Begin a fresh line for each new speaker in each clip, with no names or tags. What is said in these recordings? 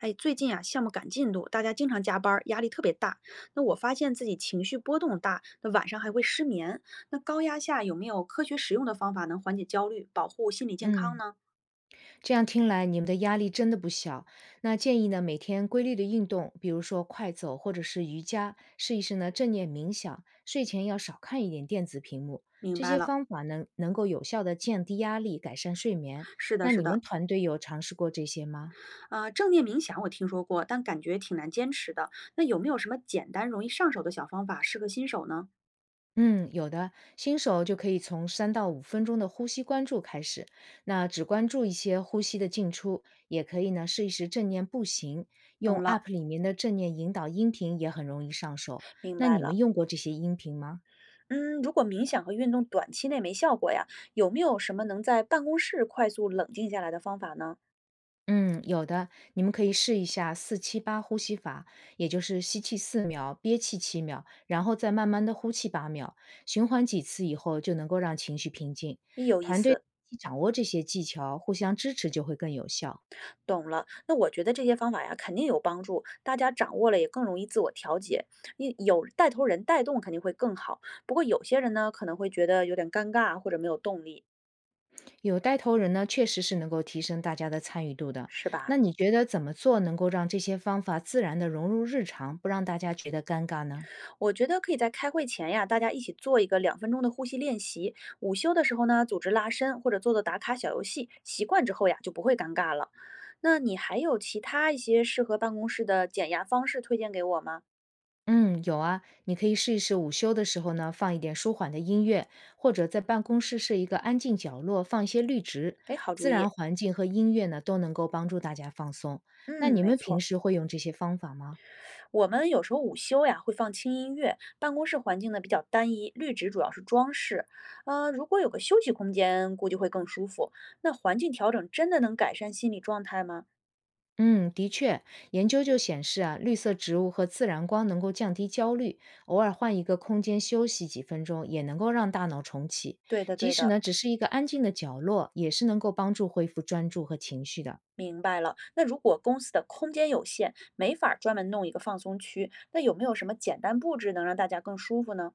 哎，最近啊，项目赶进度，大家经常加班儿，压力特别大。那我发现自己情绪波动大，那晚上还会失眠。那高压下有没有科学实用的方法能缓解焦虑，保护心理健康
嗯，
呢？
这样听来你们的压力真的不小。那建议呢，每天规律的运动，比如说快走或者是瑜伽，试一试呢正念冥想，睡前要少看一点电子屏幕。
明
这
白
些
了，
方法能够有效的降低压力，改善睡眠。
是的，
那
是
你们
的，
团队有尝试过这些吗？
正念冥想我听说过，但感觉挺难坚持的。那有没有什么简单容易上手的小方法适合新手呢？
嗯，有的，新手就可以从3到5分钟的呼吸关注开始，那只关注一些呼吸的进出，也可以呢试一试正念步行，用
懂了，
App 里面的正念引导音频也很容易上手。
明
那
白
你们
了。
用过这些音频吗？
嗯，如果冥想和运动短期内没效果呀，有没有什么能在办公室快速冷静下来的方法呢？
嗯，有的，你们可以试一下4-7-8呼吸法，也就是吸气4秒，憋气7秒，然后再慢慢的呼气8秒，循环几次以后就能够让情绪平静。
有意
团队
思。
一起掌握这些技巧，互相支持就会更有效。
懂了，那我觉得这些方法呀，肯定有帮助，大家掌握了也更容易自我调节。你有带头人带动肯定会更好。不过有些人呢，可能会觉得有点尴尬或者没有动力，
有带头人呢，确实是能够提升大家的参与度的。
是吧？
那你觉得怎么做能够让这些方法自然的融入日常，不让大家觉得尴尬呢？
我觉得可以在开会前呀，大家一起做一个两分钟的呼吸练习。午休的时候呢，组织拉伸或者做做打卡小游戏，习惯之后呀，就不会尴尬了。那你还有其他一些适合办公室的减压方式推荐给我吗？
嗯，有啊，你可以试一试午休的时候呢，放一点舒缓的音乐，或者在办公室设一个安静角落，放一些绿植，
哎，好主
自然
意。
环境和音乐呢，都能够帮助大家放松。那
嗯，
你
没
们平
错。
时会用这些方法吗？
我们有时候午休呀会放轻音乐，办公室环境呢比较单一，绿植主要是装饰。如果有个休息空间，估计会更舒服。那环境调整真的能改善心理状态吗？
嗯，的确，研究就显示啊，绿色植物和自然光能够降低焦虑，偶尔换一个空间休息几分钟，也能够让大脑重启。
对的，
即
对
使
的，
呢，只是一个安静的角落，也是能够帮助恢复专注和情绪的。
明白了。那如果公司的空间有限，没法儿专门弄一个放松区，那有没有什么简单布置能让大家更舒服呢？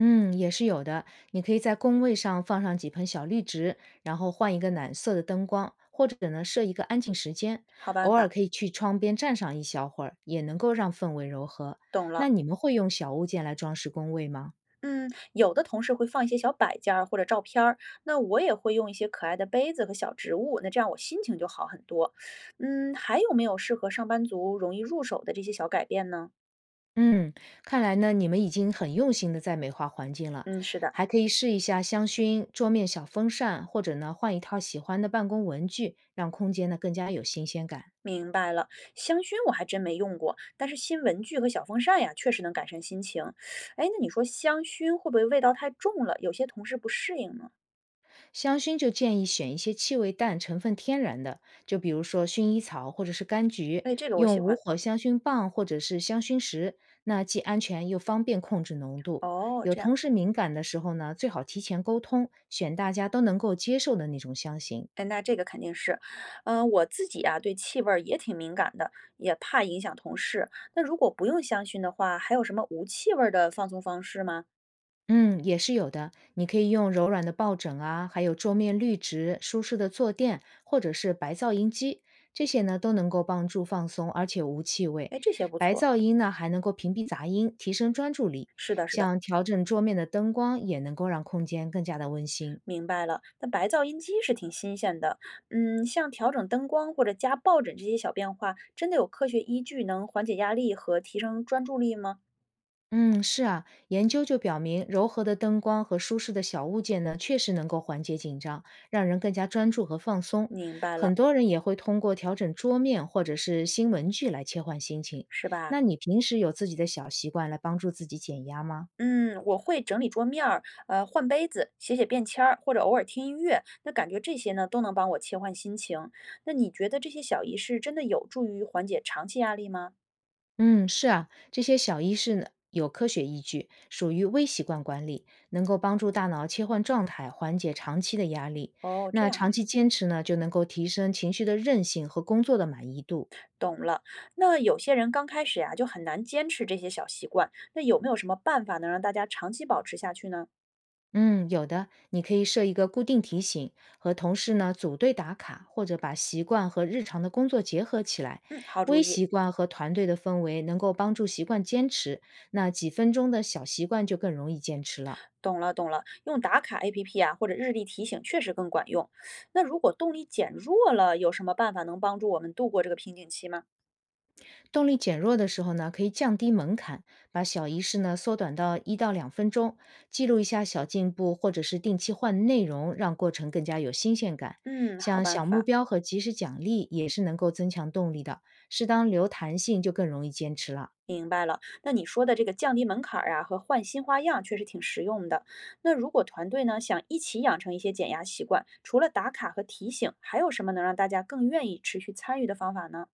嗯，也是有的。你可以在工位上放上几盆小绿植，然后换一个暖色的灯光，或者呢设一个安静时间，
好办
偶尔
法，
可以去窗边站上一小会儿，也能够让氛围柔和。
懂
那
了。
你们会用小物件来装饰工位吗？
嗯，有的同事会放一些小摆件儿或者照片儿，那我也会用一些可爱的杯子和小植物，那这样我心情就好很多。嗯，还有没有适合上班族容易入手的这些小改变呢？
嗯，看来呢，你们已经很用心的在美化环境了，
嗯，是的，
还可以试一下香薰、桌面小风扇，或者呢，换一套喜欢的办公文具，让空间呢更加有新鲜感。
明白了。香薰我还真没用过，但是新文具和小风扇呀，确实能改善心情。哎，那你说香薰会不会味道太重了，有些同事不适应呢？
香薰就建议选一些气味淡、成分天然的，就比如说薰衣草或者是柑橘，
哎，这个我
用
喜
无
欢。
火香薰棒或者是香薰石，那既安全又方便控制浓度。
哦，
有
这样。
同事敏感的时候呢，最好提前沟通，选大家都能够接受的那种香型。
哎，那这个肯定是，嗯，我自己啊对气味儿也挺敏感的，也怕影响同事。那如果不用香薰的话，还有什么无气味儿的放松方式吗？
嗯，也是有的。你可以用柔软的抱枕啊，还有桌面绿植、舒适的坐垫，或者是白噪音机，这些呢都能够帮助放松，而且无气味。
哎，这些不
白
错。
噪音呢还能够屏蔽杂音，提升专注力。
是的，是的，
像调整桌面的灯光，也能够让空间更加的温馨。
明白了。那白噪音机是挺新鲜的，嗯，像调整灯光或者加抱枕这些小变化，真的有科学依据能缓解压力和提升专注力吗？
嗯，是啊，研究就表明，柔和的灯光和舒适的小物件呢，确实能够缓解紧张，让人更加专注和放松。
明白
很
了，
多人也会通过调整桌面或者是新文具来切换心情。
是吧？
那你平时有自己的小习惯来帮助自己减压吗？
嗯，我会整理桌面儿，换杯子，写写便签儿，或者偶尔听音乐。那感觉这些呢，都能帮我切换心情。那你觉得这些小仪式真的有助于缓解长期压力吗？
嗯，是啊，这些小仪式呢，有科学依据，属于微习惯管理，能够帮助大脑切换状态，缓解长期的压力。
哦，这
那
样啊，
长期坚持呢，就能够提升情绪的韧性和工作的满意度。
懂了。那有些人刚开始呀，就很难坚持这些小习惯。那有没有什么办法能让大家长期保持下去呢？
嗯，有的，你可以设一个固定提醒，和同事呢组队打卡，或者把习惯和日常的工作结合起来。
嗯，好主
微
意。
习惯和团队的氛围能够帮助习惯坚持，那几分钟的小习惯就更容易坚持了。
懂了，懂了，用打卡 APP 啊，或者日历提醒确实更管用。那如果动力减弱了，有什么办法能帮助我们度过这个瓶颈期吗？
动力减弱的时候呢，可以降低门槛，把小仪式呢缩短到1到2分钟，记录一下小进步，或者是定期换内容，让过程更加有新鲜感。
嗯，好
像
办
小目
法。
标和及时奖励也是能够增强动力的，适当留弹性就更容易坚持了。
明白了，那你说的这个降低门槛儿啊和换新花样确实挺实用的。那如果团队呢想一起养成一些减压习惯，除了打卡和提醒，还有什么能让大家更愿意持续参与的方法呢？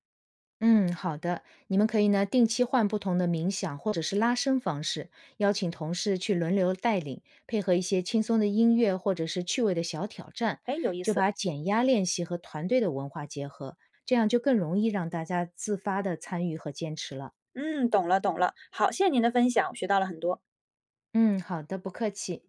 嗯，好的。你们可以呢定期换不同的冥想或者是拉伸方式，邀请同事去轮流带领，配合一些轻松的音乐或者是趣味的小挑战，
哎，有意
就
思。
把减压练习和团队的文化结合，这样就更容易让大家自发的参与和坚持了。
嗯，懂了懂了，好，谢谢您的分享，我学到了很多。
嗯，好的，不客气。